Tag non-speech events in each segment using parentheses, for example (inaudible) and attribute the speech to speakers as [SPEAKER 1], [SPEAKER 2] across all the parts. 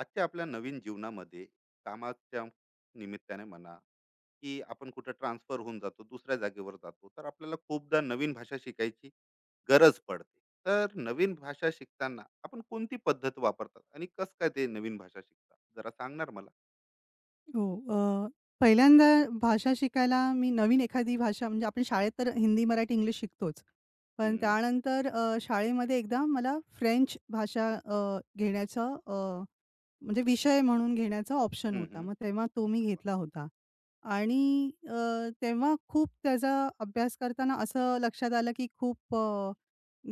[SPEAKER 1] आजच्या आपल्या नवीन जीवनामध्ये कामाच्या निमित्ताने म्हणा की आपण कुठं ट्रान्सफर होऊन जातो, दुसऱ्या जागेवर जातो, तर आपल्याला खूपदा नवीन भाषा शिकायची गरज पडते. तर नवीन भाषा शिकताना आपण कोणती पद्धत वापरतात आणि कस काय ते नवीन भाषा शिकतात जरा सांगणार मला.
[SPEAKER 2] हो. अ, पहिल्यांदा भाषा शिकायला मी नवीन एखादी भाषा म्हणजे आपण शाळेत तर हिंदी, मराठी, इंग्लिश शिकतोच. पण
[SPEAKER 1] हम्म.
[SPEAKER 2] त्यानंतर शाळेमध्ये एकदा मला फ्रेंच भाषा घेण्याचा म्हणजे विषय म्हणून घेण्याचा ऑप्शन
[SPEAKER 1] हम्म.
[SPEAKER 2] होता.
[SPEAKER 1] हम्म.
[SPEAKER 2] मग तेव्हा तो मी
[SPEAKER 1] वा.
[SPEAKER 2] घेतला होता. आणि तेव्हा खूप त्याचा अभ्यास करताना असं लक्षात आलं, की खूप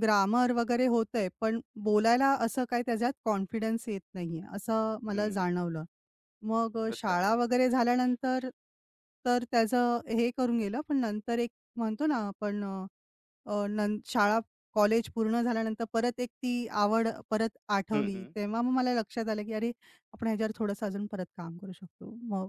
[SPEAKER 2] ग्रामर वगैरे होतंय, पण बोलायला असं काही त्याच्यात कॉन्फिडन्स येत नाहीये, असं मला
[SPEAKER 1] हम्म.
[SPEAKER 2] जाणवलं. मग
[SPEAKER 1] अच्छा.
[SPEAKER 2] शाळा वगैरे झाल्यानंतर तर त्याचं हे करून गेलं, पण नंतर एक म्हणतो ना आपण अ, अ, नं शाळा कॉलेज पूर्ण झाल्यानंतर परत एक ती आवड परत
[SPEAKER 1] हम्म.
[SPEAKER 2] आठवली.
[SPEAKER 1] हम्म.
[SPEAKER 2] तेव्हा मग मला लक्षात आलं, की अरे आपण ह्याच्यावर थोडंसं अजून परत काम करू शकतो. मग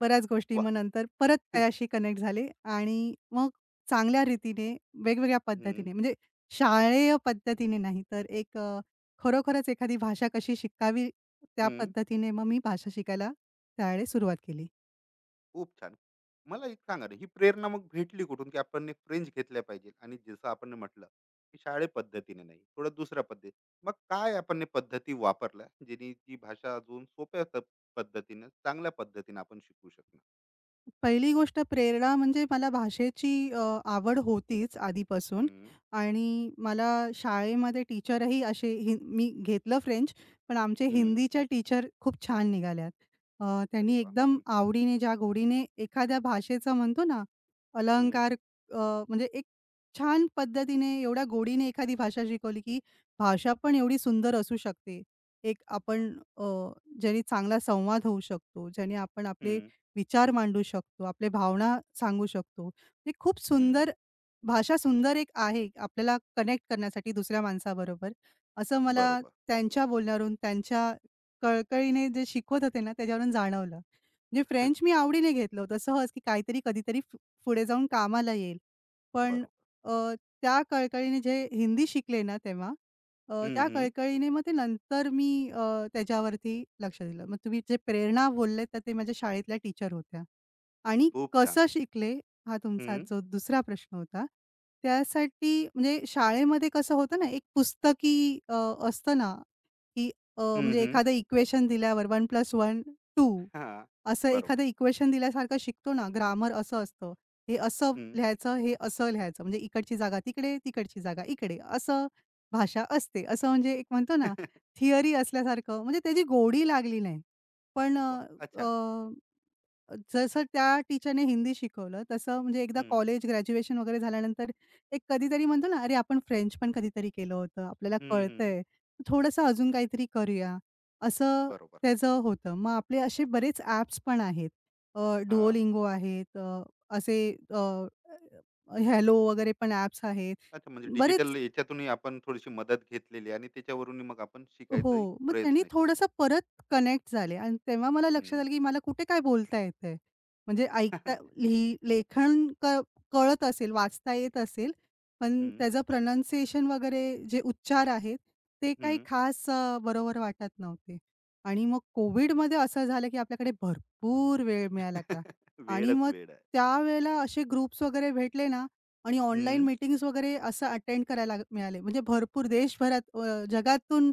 [SPEAKER 2] बऱ्याच गोष्टी
[SPEAKER 1] वा.
[SPEAKER 2] मग नंतर परत
[SPEAKER 1] (laughs)
[SPEAKER 2] त्याच्याशी कनेक्ट झाले आणि मग चांगल्या रीतीने वेगवेगळ्या
[SPEAKER 1] हम्म.
[SPEAKER 2] पद्धतीने म्हणजे शालेय पद्धतीने नाही तर एक खरोखरच एखादी भाषा कशी शिकावी त्या
[SPEAKER 1] हम्म.
[SPEAKER 2] पद्धतीने मग मी भाषा शिकायला त्यावेळेस सुरुवात केली.
[SPEAKER 1] खूप छान. मला एक सांगा ना, ही प्रेरणा मग भेटली कुठून, की आपण एक फ्रेंच घेतल्या पाहिजे? आणि जसं आपण म्हटलं, की शाळे पद्धतीने नाही, थोडं दुसऱ्या पद्धती. मग काय आपण हे पद्धती वापरल्या, जेणे ती भाषा अजून सोप्या पद्धतीनं, चांगल्या पद्धतीनं आपण शिकू शकणार?
[SPEAKER 2] पहिली गोष्ट प्रेरणा म्हणजे मला भाषेची आवड होतीच आधीपासून
[SPEAKER 1] हं,
[SPEAKER 2] आणि मला शाळेमध्ये टीचरही असे हिं मी घेतलं फ्रेंच, पण आमचे
[SPEAKER 1] हं.
[SPEAKER 2] हिंदीच्या टीचर खूप छान निघाल्यात.
[SPEAKER 1] अरे
[SPEAKER 2] त्यांनी
[SPEAKER 1] वाह!
[SPEAKER 2] एकदम
[SPEAKER 1] हं,
[SPEAKER 2] आवडीने, ज्या गोडीने एखाद्या भाषेचं म्हणतो ना,
[SPEAKER 1] हं.
[SPEAKER 2] अलंकार अ, म्हणजे एक छान पद्धतीने, एवढ्या गोडीने एखादी भाषा शिकवली, की भाषा पण एवढी सुंदर असू शकते. एक
[SPEAKER 1] वाह!
[SPEAKER 2] आपण अ, ज्याने चांगला संवाद होऊ शकतो, ज्याने आपण
[SPEAKER 1] हं,
[SPEAKER 2] आपले विचार मांडू शकतो, आपल्या भावना सांगू शकतो. ही खूप
[SPEAKER 1] हं.
[SPEAKER 2] सुंदर भाषा सुंदर एक आहे आपल्याला कनेक्ट करण्यासाठी दुसऱ्या माणसाबरोबर. असं मला
[SPEAKER 1] बरोबर,
[SPEAKER 2] त्यांच्या बोलण्यावरून, त्यांच्या कळकळीने जे शिकवत होते ना, त्याच्यावरून जाणवलं. म्हणजे फ्रेंच मी आवडीने घेतलं होतं सहज, की काहीतरी कधीतरी पुढे जाऊन कामाला येईल. पण
[SPEAKER 1] बरोबर.
[SPEAKER 2] अ, त्या कळकळीने जे हिंदी शिकले ना तेव्हा,
[SPEAKER 1] हं,
[SPEAKER 2] त्या
[SPEAKER 1] हं.
[SPEAKER 2] कळकळीने मग ते नंतर त्याच्यावरती लक्ष दिलं. मग तुम्ही जे प्रेरणा बोलले तर ते माझ्या शाळेतल्या टीचर होत्या. आणि
[SPEAKER 1] खूप छान.
[SPEAKER 2] कसं शिकले हा तुमचा
[SPEAKER 1] हं,
[SPEAKER 2] जो दुसरा प्रश्न होता. त्यासाठी म्हणजे शाळेमध्ये कसं होतं ना, एक पुस्तकी अ, असतं ना, की
[SPEAKER 1] हं,
[SPEAKER 2] म्हणजे
[SPEAKER 1] हं.
[SPEAKER 2] एखादं इक्वेशन दिल्यावर 1+1 2
[SPEAKER 1] हां,
[SPEAKER 2] असं
[SPEAKER 1] बरोबर.
[SPEAKER 2] एखादं इक्वेशन दिल्यासारखं शिकतो ना, ग्रामर असं असतं. हे असं
[SPEAKER 1] हं.
[SPEAKER 2] लिहायचं, हे असं लिहायचं. म्हणजे इकडची जागा तिकडे, तिकडची जागा इकडे, असं भाषा असते. असं म्हणजे एक म्हणतो ना, थिअरी असल्यासारखं म्हणजे त्याची गोडी लागली नाही. पण
[SPEAKER 1] वाह! (laughs) अच्छा.
[SPEAKER 2] जसं त्या टीचरने हिंदी शिकवलं, तसं म्हणजे एकदा
[SPEAKER 1] हं,
[SPEAKER 2] कॉलेज, ग्रॅज्युएशन वगैरे झाल्यानंतर एक कधीतरी म्हणतो ना, "अरे, आपण फ्रेंच पण कधीतरी केलं होतं. आपल्याला
[SPEAKER 1] हं, हं.
[SPEAKER 2] कळतंय. थोडंसं अजून काहीतरी करूया." असं
[SPEAKER 1] बरोबर.
[SPEAKER 2] त्याचं होतं. मग आपले असे बरेच ॲप्स पण आहेत. अ,
[SPEAKER 1] हां.
[SPEAKER 2] आहेत. अ, असे अ, अ, वगैरे पण ॲप्स आहेत.
[SPEAKER 1] अच्छा, म्हणजे
[SPEAKER 2] बरेच
[SPEAKER 1] डिजिटल याच्यातूनही आपण थोडीशी मदत घेतलेली आणि त्याच्यावरूनही मग आपण शिकायचाही
[SPEAKER 2] हो. मग त्यांनी
[SPEAKER 1] प्रयत्न केला.
[SPEAKER 2] थोडंसं परत कनेक्ट झाले आणि तेव्हा मला लक्षात
[SPEAKER 1] हं.
[SPEAKER 2] आलं, की मला कुठे काय बोलता येतंय. म्हणजे ऐकता लेखन क कळत असेल, वाचता येत असेल, पण
[SPEAKER 1] हं,
[SPEAKER 2] त्याचं प्रनन्सिएशन वगैरे जे उच्चार आहेत, ते काही
[SPEAKER 1] हं.
[SPEAKER 2] खास बरोबर वाटत नव्हते. आणि मग कोविडमध्ये असं झालं, की आपल्याकडे भरपूर वेळ मिळायला लागला
[SPEAKER 1] (laughs) (laughs)
[SPEAKER 2] आणि
[SPEAKER 1] वेळच
[SPEAKER 2] मग
[SPEAKER 1] वेळ आहे.
[SPEAKER 2] त्यावेळेला असे ग्रुप्स वगैरे भेटले ना आणि ऑनलाईन
[SPEAKER 1] हं.
[SPEAKER 2] मीटिंग्स वगैरे असं मिळाले. म्हणजे भरपूर देशभरात जगातून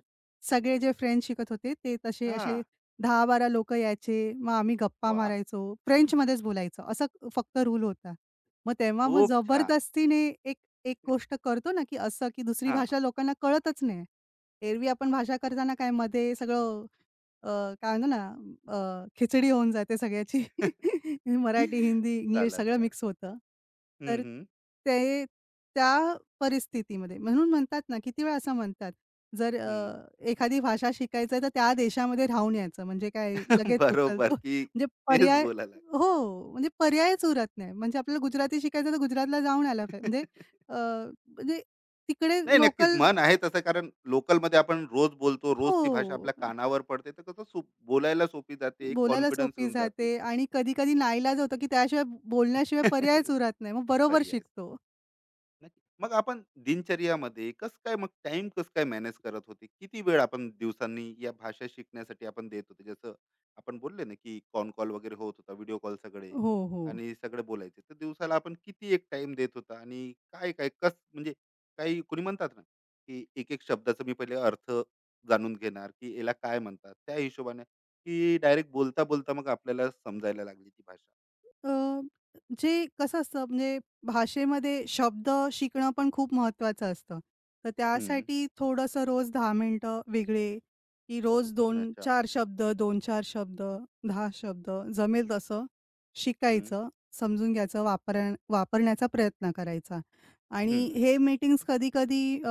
[SPEAKER 2] सगळे जे फ्रेंच शिकत होते, ते तसे असे
[SPEAKER 1] हां.
[SPEAKER 2] 10-12 लोकं यायचे. मग आम्ही गप्पा
[SPEAKER 1] वा.
[SPEAKER 2] मारायचो. फ्रेंचमध्येच बोलायचं. असा फक्त रूल होता. मग तेव्हा मग
[SPEAKER 1] खूप छान.
[SPEAKER 2] जबरदस्तीने एक एक गोष्ट करतो ना, की असं की दुसरी
[SPEAKER 1] हां, हां.
[SPEAKER 2] भाषा लोकांना कळतच नाही. एरवी आपण भाषा करताना काय मध्ये सगळं अ, काय म्हणतो ना अ, खिचडी होऊन जाते सगळ्याची.
[SPEAKER 1] (laughs)
[SPEAKER 2] (laughs) मराठी, हिंदी, इंग्लिश
[SPEAKER 1] चालत
[SPEAKER 2] सगळं
[SPEAKER 1] राहत.
[SPEAKER 2] मिक्स होतं.
[SPEAKER 1] हं,
[SPEAKER 2] तर
[SPEAKER 1] हं.
[SPEAKER 2] ते त्या परिस्थितीमध्ये म्हणून म्हणतात ना, किती वेळा असं म्हणतात, जर
[SPEAKER 1] हं.
[SPEAKER 2] एखादी भाषा शिकायचं आहे, तर त्या देशामध्ये राहून यायचं. म्हणजे काय
[SPEAKER 1] (laughs)
[SPEAKER 2] लगेच
[SPEAKER 1] बरोबर
[SPEAKER 2] उचलतो. (laughs)
[SPEAKER 1] की
[SPEAKER 2] म्हणजे
[SPEAKER 1] तेच
[SPEAKER 2] पर्याय
[SPEAKER 1] बोलायला.
[SPEAKER 2] हो, म्हणजे पर्यायच उरत नाही. म्हणजे आपल्याला
[SPEAKER 1] नाही.
[SPEAKER 2] गुजराती शिकायचं तर गुजरातला जाऊन आलं पाहिजे. म्हणजे अ,
[SPEAKER 1] (laughs)
[SPEAKER 2] म्हणजे तिकडे
[SPEAKER 1] नाही, नक्कीच.
[SPEAKER 2] लोकल
[SPEAKER 1] मन आहे तसं, कारण लोकलमध्ये आपण रोज बोलतो, रोज ती भाषा आपल्या
[SPEAKER 2] हो.
[SPEAKER 1] कानावर पडते, तर कसं बोलायला सोपी जाते, एक
[SPEAKER 2] बोलायला
[SPEAKER 1] कॉन्फिडन्स
[SPEAKER 2] सोपी
[SPEAKER 1] येऊन जाते.
[SPEAKER 2] जाते आणि कधी-कधी नाईलाज होतो, की त्याशिवाय बोलण्याशिवाय पर्यायच
[SPEAKER 1] (laughs)
[SPEAKER 2] उरत नाही. मग बरोबर
[SPEAKER 1] पर्याय.
[SPEAKER 2] शिकतो.
[SPEAKER 1] नक्की. मग आपण दिनचर्यामध्ये कसं काय मग टाइम कसं काय मॅनेज करत होते? किती वेळ आपण दिवसांनी या भाषा शिकण्यासाठी आपण देत होते? जसं आपण बोलले ना, की कॉल वगैरे होत होता, व्हिडिओ कॉल सगळे.
[SPEAKER 2] हो, हो.
[SPEAKER 1] आणि सगळे बोलायचे. तर दिवसाला आपण किती एक टाईम देत होता आणि काय-काय कसं म्हणजे, काही कोणी म्हणतात ना, की एक-एक शब्दाचा मी पहिले अर्थ जाणून घेणार, की याला काय म्हणतात? त्या हिशोबाने, की डायरेक्ट बोलता-बोलता मग आपल्याला समजायला लागली ती भाषा.
[SPEAKER 2] अ, जे कसं असतं म्हणजे भाषेमध्ये शब्द शिकणं पण खूप महत्त्वाचं असतं. तर
[SPEAKER 1] हं.
[SPEAKER 2] त्यासाठी थोडंसं रोज 10 मिनिटं वेगळे, की रोज दोन,
[SPEAKER 1] अच्छा.
[SPEAKER 2] चार शब्द, 10 शब्द जमेल तसं
[SPEAKER 1] हं,
[SPEAKER 2] शिकायचं, समजून घ्यायचं, वापरण्याचा प्रयत्न करायचा. आणि
[SPEAKER 1] हं,
[SPEAKER 2] हे मीटिंग्स कधी-कधी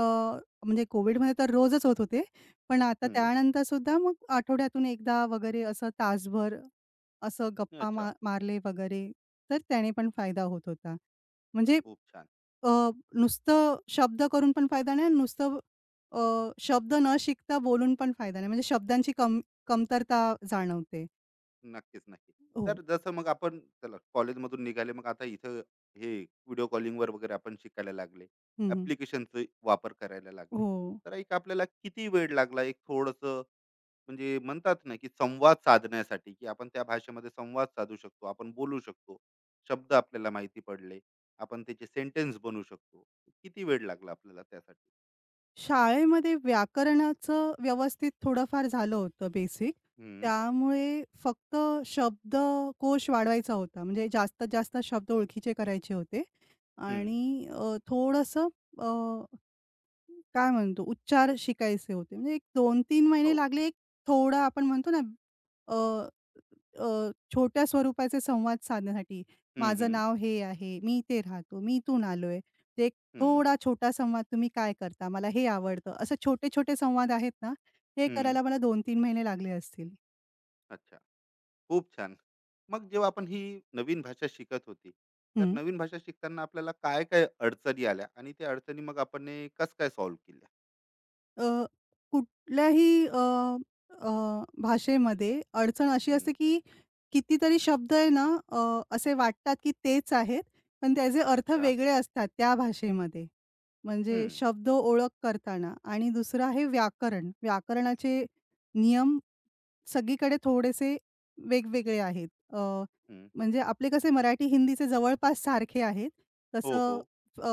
[SPEAKER 2] म्हणजे कोविडमध्ये तर रोजच होत होते. पण आता
[SPEAKER 1] हं.
[SPEAKER 2] त्यानंतर सुद्धा मग आठवड्यातून एकदा वगैरे असं तासभर असं गप्पा
[SPEAKER 1] अच्छा.
[SPEAKER 2] मा मारले वगैरे, तर त्याने पण फायदा होत होता. म्हणजे
[SPEAKER 1] खूप छान.
[SPEAKER 2] अ, नुसतं शब्द करून पण फायदा नाही आणि नुसतं अ, शब्द न शिकता बोलून पण फायदा नाही. म्हणजे शब्दांची कम कमतरता जाणवते.
[SPEAKER 1] नक्कीच, नक्की.
[SPEAKER 2] हो.
[SPEAKER 1] तर जसं मग आपण चला कॉलेजमधून निघाले, मग आता इथं हे व्हिडिओ कॉलिंगवर वगैरे आपण शिकायला लागले.
[SPEAKER 2] हं, हं.
[SPEAKER 1] ॲप्लिकेशनचा वापर करायला लागले.
[SPEAKER 2] हो.
[SPEAKER 1] तर एक आपल्याला किती वेळ लागला एक थोडंसं, म्हणजे म्हणतात ना, की संवाद साधण्यासाठी, की आपण त्या भाषेमध्ये संवाद साधू शकतो, आपण बोलू शकतो. शब्द आपल्याला माहिती पडले. आपण त्याचे सेंटेन्स बनवू शकतो. किती वेळ लागला आपल्याला त्यासाठी?
[SPEAKER 2] शाळेमध्ये व्याकरणाचं व्यवस्थित थोडंफार झालं होतं बेसिक.
[SPEAKER 1] हं,
[SPEAKER 2] त्यामुळे फक्त शब्दकोश वाढवायचा होता. म्हणजे जास्तीत जास्त शब्द ओळखीचे करायचे होते
[SPEAKER 1] हं.
[SPEAKER 2] आणि थोडंसं अ काय म्हणतो उच्चार शिकायचे होते. म्हणजे एक 2-3 महिने
[SPEAKER 1] हो.
[SPEAKER 2] लागले एक थोडा आपण म्हणतो ना अ, अ, छोट्या स्वरूपाचे संवाद साधण्यासाठी.
[SPEAKER 1] हं,
[SPEAKER 2] माझं
[SPEAKER 1] हं.
[SPEAKER 2] नाव हे आहे, मी इथे राहतो, मी इथून आलोय. ते एक
[SPEAKER 1] हं,
[SPEAKER 2] थोडा छोटा संवाद तुम्ही काय करता? मला हे आवडतं. असे छोटे-छोटे संवाद आहेत ना, हे
[SPEAKER 1] हं.
[SPEAKER 2] करायला मला 2-3 महिने लागले असतील.
[SPEAKER 1] अच्छा. खूप छान. मग जेव्हा आपण ही नवीन भाषा शिकत होती, तर नवीन भाषा शिकताना आपल्याला काय-काय अडचणी आल्या आणि त्या अडचणी मग आपण हे कसं काय सॉल्व्ह केल्या?
[SPEAKER 2] अ, कुठल्याही अ, अ, भाषेमध्ये अडचण अशी
[SPEAKER 1] हं,
[SPEAKER 2] असते, की कितीतरी शब्द आहे ना, अ, असे वाटतात, की तेच आहेत, पण त्याचे अर्थ
[SPEAKER 1] अच्छा.
[SPEAKER 2] वेगळे असतात त्या भाषेमध्ये.
[SPEAKER 1] हं,
[SPEAKER 2] म्हणजे शब्द ओळख करताना आणि दुसरं आहे व्याकरण. व्याकरणाचे नियम सगळीकडे थोडेसे वेगवेगळे आहेत. अ,
[SPEAKER 1] हं.
[SPEAKER 2] म्हणजे आपले कसे मराठी, हिंदीचे जवळपास सारखे आहेत.
[SPEAKER 1] हो,
[SPEAKER 2] तसं
[SPEAKER 1] हो.
[SPEAKER 2] अ,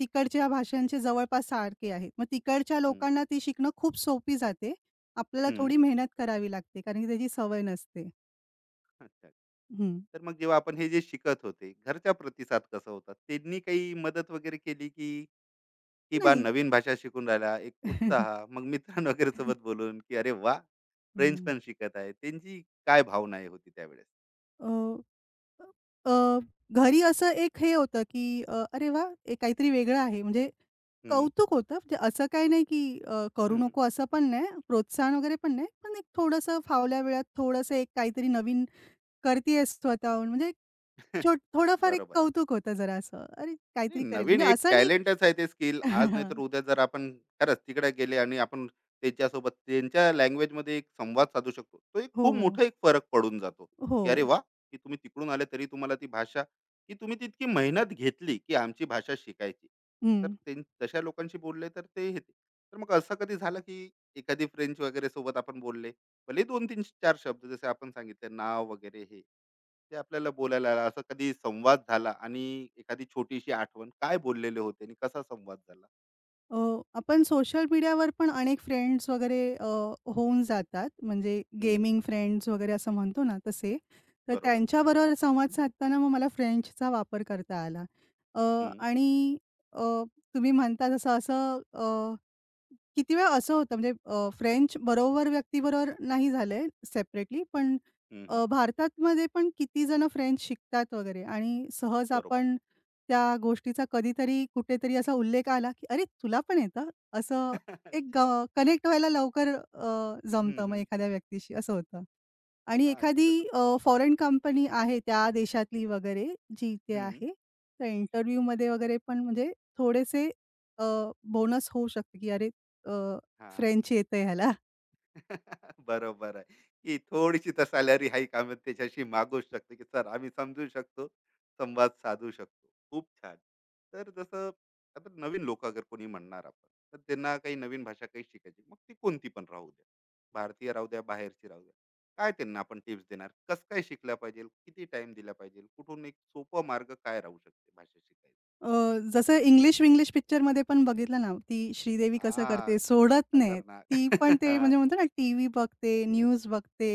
[SPEAKER 2] तिकडच्या भाषांचे जवळपास सारखे आहेत. मग तिकडच्या
[SPEAKER 1] हं,
[SPEAKER 2] लोकांना ती शिकणं खूप सोपी जाते. आपल्याला
[SPEAKER 1] हं.
[SPEAKER 2] थोडी मेहनत करावी लागते कारण की त्याची सवय नसते.
[SPEAKER 1] अच्छा.
[SPEAKER 2] हं.
[SPEAKER 1] तर मग जेव्हा आपण हे जे शिकत होते, घरचा प्रतिसाद कसा होता? त्यांनी काही मदत वगैरे केली, की की बा
[SPEAKER 2] नाही.
[SPEAKER 1] नवीन भाषा शिकून राहिला, एक उत्साह,
[SPEAKER 2] (laughs)
[SPEAKER 1] मग मित्रां वगैरे सोबत बोलून, की "अरे वाह! फ्रेंच
[SPEAKER 2] हं.
[SPEAKER 1] पण शिकत आहे." त्यांची काय भावना हे होती त्यावेळेस?
[SPEAKER 2] अ अ, घरी असं एक हे होतं, की "अरे वाह! हे काहीतरी वेगळं आहे." म्हणजे
[SPEAKER 1] हं,
[SPEAKER 2] कौतुक होतं. म्हणजे असं काही नाही, की करू
[SPEAKER 1] हं.
[SPEAKER 2] नको असं पण नाही, प्रोत्साहन वगैरे पण नाही. पण एक थोडंसं फावल्या वेळात थोडंसं एक काहीतरी नवीन करतीयेस स्वतःहून म्हणजे
[SPEAKER 1] (laughs)
[SPEAKER 2] थोडंफार एक
[SPEAKER 1] बरोबर.
[SPEAKER 2] कौतुक होतं जरासं. अरे
[SPEAKER 1] नाही,
[SPEAKER 2] काहीतरी करेल
[SPEAKER 1] नवीन
[SPEAKER 2] म्हणजे
[SPEAKER 1] एक
[SPEAKER 2] असं नाही
[SPEAKER 1] टॅलेंटच आहे ते स्किल. आज नाहीतर
[SPEAKER 2] (laughs)
[SPEAKER 1] उद्या जर आपण खरंच तिकडे गेले आणि आपण त्यांच्यासोबत त्यांच्या लँग्वेजमध्ये एक संवाद साधू शकतो. तो एक
[SPEAKER 2] हो,
[SPEAKER 1] खूप
[SPEAKER 2] हो.
[SPEAKER 1] मोठा एक फरक पडून जातो,
[SPEAKER 2] हो.
[SPEAKER 1] की अरे वाह! की तुम्ही तिकडून आले तरी तुम्हाला ती भाषा, की तुम्ही तितकी मेहनत घेतली, की आमची भाषा शिकायची. तर
[SPEAKER 2] हं.
[SPEAKER 1] ते तशा लोकांशी बोलले तर ते हे ते. तर मग असं कधी झालं, की एखादी फ्रेंच वगैरे सोबत आपण बोलले. भलेही 2-3-4 शब्द, जसे आपण सांगितले नाव वगैरे हे. ते आपल्याला बोलायला आला. असा कधी संवाद झाला आणि एखादी छोटीशी आठवण काय बोललेले होते आणि कसा संवाद झाला?
[SPEAKER 2] अ, आपण सोशल मीडियावर पण अनेक फ्रेंड्स वगैरे होऊन जातात. म्हणजे
[SPEAKER 1] हं,
[SPEAKER 2] गेमिंग फ्रेंड्स वगैरे असं म्हणतो ना तसे. तर
[SPEAKER 1] बरोबर.
[SPEAKER 2] त्यांच्याबरोबर संवाद साधताना मग मला फ्रेंचचा वापर करता आला. अ,
[SPEAKER 1] हं,
[SPEAKER 2] आणि अ, तुम्ही म्हणता तसं असं किती वेळा असं होतं म्हणजे फ्रेंच बरोबर व्यक्तीबरोबर नाही झालंय सेपरेटली, पण
[SPEAKER 1] हं, हं.
[SPEAKER 2] भारतामध्ये पण किती जण फ्रेंच शिकतात वगैरे आणि सहज
[SPEAKER 1] बरोबर.
[SPEAKER 2] आपण त्या गोष्टीचा कधीतरी कुठेतरी असा उल्लेख आला, की "अरे, तुला पण येतं?" असं
[SPEAKER 1] (laughs)
[SPEAKER 2] एक
[SPEAKER 1] अच्छा.
[SPEAKER 2] कनेक्ट व्हायला लवकर
[SPEAKER 1] हं,
[SPEAKER 2] जमतं मग
[SPEAKER 1] हं.
[SPEAKER 2] एखाद्या व्यक्तीशी असं होतं. आणि
[SPEAKER 1] हां, की
[SPEAKER 2] एखादी
[SPEAKER 1] जसं.
[SPEAKER 2] फॉरेन कंपनी आहे त्या देशातली वगैरे जी इथे
[SPEAKER 1] हं.
[SPEAKER 2] आहे, तर इंटरव्ह्यूमध्ये वगैरे पण म्हणजे थोडेसे अ, बोनस होऊ शकते, की अरे अ,
[SPEAKER 1] हां.
[SPEAKER 2] फ्रेंच येतं ह्याला.
[SPEAKER 1] (laughs) बरोबर आहे, की थोडीशी तर सॅलरी हाईक आम्ही त्याच्याशी मागूच शकतो, की "सर आम्ही समजू शकतो, संवाद साधू शकतो." खूप छान. तर जसं आता नवीन लोक अगर कोणी म्हणणार आपण, तर त्यांना काही नवीन भाषा काही शिकायची, मग ती कोणती पण राहू द्या. भारतीय राहू द्या, बाहेरची राहू द्या. काय त्यांना आपण टिप्स देणार? कसं काय शिकलं पाहिजे? किती टाईम दिला पाहिजे? कुठून एक सोपा मार्ग काय राहू शकते भाषा शिकायला?
[SPEAKER 2] अ, जसं इंग्लिश-विंग्लिश पिक्चरमध्ये पण बघितलं ना, ती श्रीदेवी कसं
[SPEAKER 1] हां,
[SPEAKER 2] करते, सोडत नाही.
[SPEAKER 1] खतरनाक.
[SPEAKER 2] ती पण ते
[SPEAKER 1] (laughs)
[SPEAKER 2] म्हणजे म्हणतो ना, टीव्ही बघते, न्यूज बघते,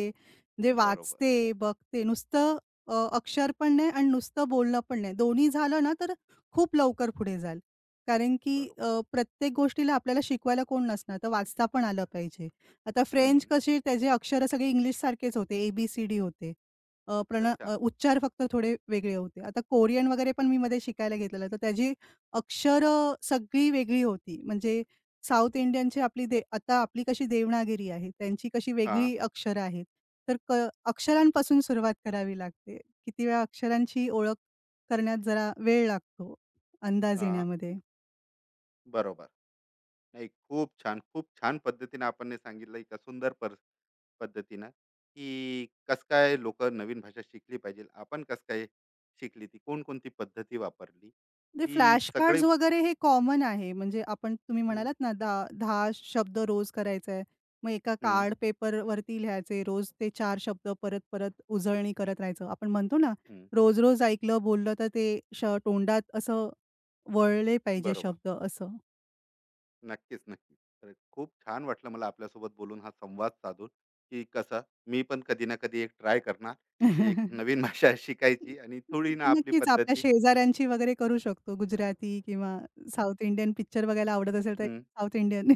[SPEAKER 2] म्हणजे
[SPEAKER 1] बरोबर,
[SPEAKER 2] वाचते, बघते. नुसतं अक्षर पण नाही आणि नुसतं बोलणं पण नाही. दोन्ही झालं ना, तर खूप लवकर पुढे जाल. कारण की
[SPEAKER 1] बरोबर.
[SPEAKER 2] प्रत्येक गोष्टीला आपल्याला शिकवायला कोण नसणार, तर वाचता पण आलं पाहिजे. आता फ्रेंच
[SPEAKER 1] हं.
[SPEAKER 2] कशी त्याचे अक्षरं सगळे इंग्लिशसारखेच होते, ए होते.
[SPEAKER 1] अच्छा.
[SPEAKER 2] उच्चार फक्त थोडे वेगळे होते. आता कोरियन वगैरे पण मी मध्ये शिकायला घेतलेलं, तर त्याची अक्षरं सगळी वेगळी होती. म्हणजे साउथ इंडियनची आपली दे आता आपली कशी देवनागिरी आहे, त्यांची कशी
[SPEAKER 1] हां,
[SPEAKER 2] वेगळी अक्षरं आहेत. तर क अक्षरांपासून सुरुवात करावी लागते. किती वेळा अक्षरांची ओळख करण्यात जरा वेळ लागतो, अंदाज
[SPEAKER 1] हां.
[SPEAKER 2] येण्यामध्ये.
[SPEAKER 1] बरोबर. नाही, खूप छान, खूप छान पद्धतीने आपण हे सांगितलं, एका सुंदर पद्धतीनं, की कसं काय लोकं नवीन भाषा शिकली पाहिजे. आपण कसं काय शिकली ती, कोणकोणती पद्धती वापरली,
[SPEAKER 2] ते
[SPEAKER 1] ही
[SPEAKER 2] फ्लॅश
[SPEAKER 1] सगळी.
[SPEAKER 2] कार्ड्स वगैरे हे कॉमन आहे. म्हणजे तुम्ही
[SPEAKER 1] हं,
[SPEAKER 2] म्हणालात ना, दा 10 शब्द रोज करायचा आहे. मग एका
[SPEAKER 1] हं,
[SPEAKER 2] कार्ड पेपरवरती लिहायचे. रोज ते चार शब्द परत-परत उजळणी करत राहायचं. आपण म्हणतो ना,
[SPEAKER 1] हं.
[SPEAKER 2] रोज-रोज ऐकलं, बोललं तर ते तोंडात असं वळले पाहिजे
[SPEAKER 1] बरोबर.
[SPEAKER 2] शब्द असं.
[SPEAKER 1] नक्कीच, नक्कीच. तर खूप छान वाटलं मला आपल्यासोबत बोलून हा संवाद साधून, की कसं मी पण कधी ना कधी एक ट्राय करणार, एक
[SPEAKER 2] (laughs)
[SPEAKER 1] नवीन (laughs) भाषा शिकायची आणि थोडी ना आपली
[SPEAKER 2] नक्कीच आपल्या
[SPEAKER 1] पद्धती.
[SPEAKER 2] शेजाऱ्यांची वगैरे करू शकतो. गुजराती किंवा साउथ इंडियन पिक्चर बघायला आवडत असेल तर
[SPEAKER 1] हं.
[SPEAKER 2] South Indian.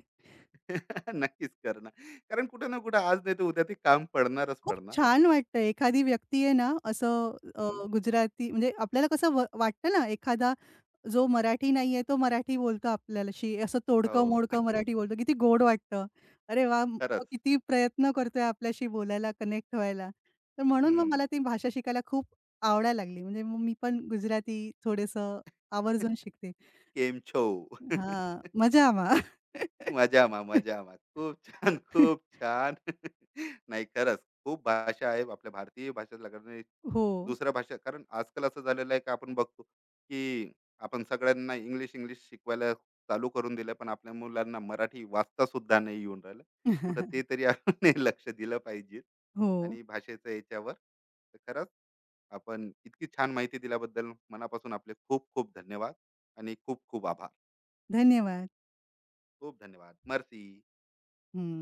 [SPEAKER 1] (laughs) नक्कीच करणार. कारण कुठे ना कुठे आज नाही तर उद्या ते काम पडणारच
[SPEAKER 2] खूप
[SPEAKER 1] पडणार.
[SPEAKER 2] छान वाटतं एखादी व्यक्ती आहे ना असं
[SPEAKER 1] हं,
[SPEAKER 2] गुजराती म्हणजे आपल्याला कसं वाटतं ना एखादा जो मराठी नाहीये तो मराठी बोलतो आपल्याशी असं
[SPEAKER 1] हो,
[SPEAKER 2] तोडकं-मोडकं मराठी बोलतो. किती गोड वाटतं. अरे वाह! तो
[SPEAKER 1] खरंच.
[SPEAKER 2] किती प्रयत्न करतोय आपल्याशी बोलायला, कनेक्ट व्हायला. तर म्हणून मग
[SPEAKER 1] हं.
[SPEAKER 2] मला ती भाषा शिकायला खूप आवडायला लागली. म्हणजे मग मी पण गुजराती थोडंसं आवर्जून शिकते.
[SPEAKER 1] केम छो? (laughs)
[SPEAKER 2] हां, मजामा.
[SPEAKER 1] मजामा,
[SPEAKER 2] (laughs)
[SPEAKER 1] मजामा. खूप छान, खूप छान. (laughs) नाही, खरंच खूप भाषा आहे, आपल्या भारतीय भाषा लागणारी
[SPEAKER 2] हो.
[SPEAKER 1] दुसऱ्या भाषा, कारण आजकाल असं झालेलं आहे, की आपण बघतो, की आपण सगळ्यांना इंग्लिश, इंग्लिश शिकवायला चालू करून दिलं, पण आपल्या मुलांना मराठी वाचता सुद्धा नाही येऊन राहिलं. कुठं ते
[SPEAKER 2] (laughs)
[SPEAKER 1] तरी आपण (laughs) हे लक्ष दिलं पाहिजे.
[SPEAKER 2] हो.
[SPEAKER 1] आणि भाषेच्या याच्यावर तर खरंच आपण इतकी छान माहिती दिल्याबद्दल मनापासून आपले खूप खूप धन्यवाद आणि खूप खूप आभार.
[SPEAKER 2] धन्यवाद.
[SPEAKER 1] खूप धन्यवाद. मर्सी.
[SPEAKER 2] हं.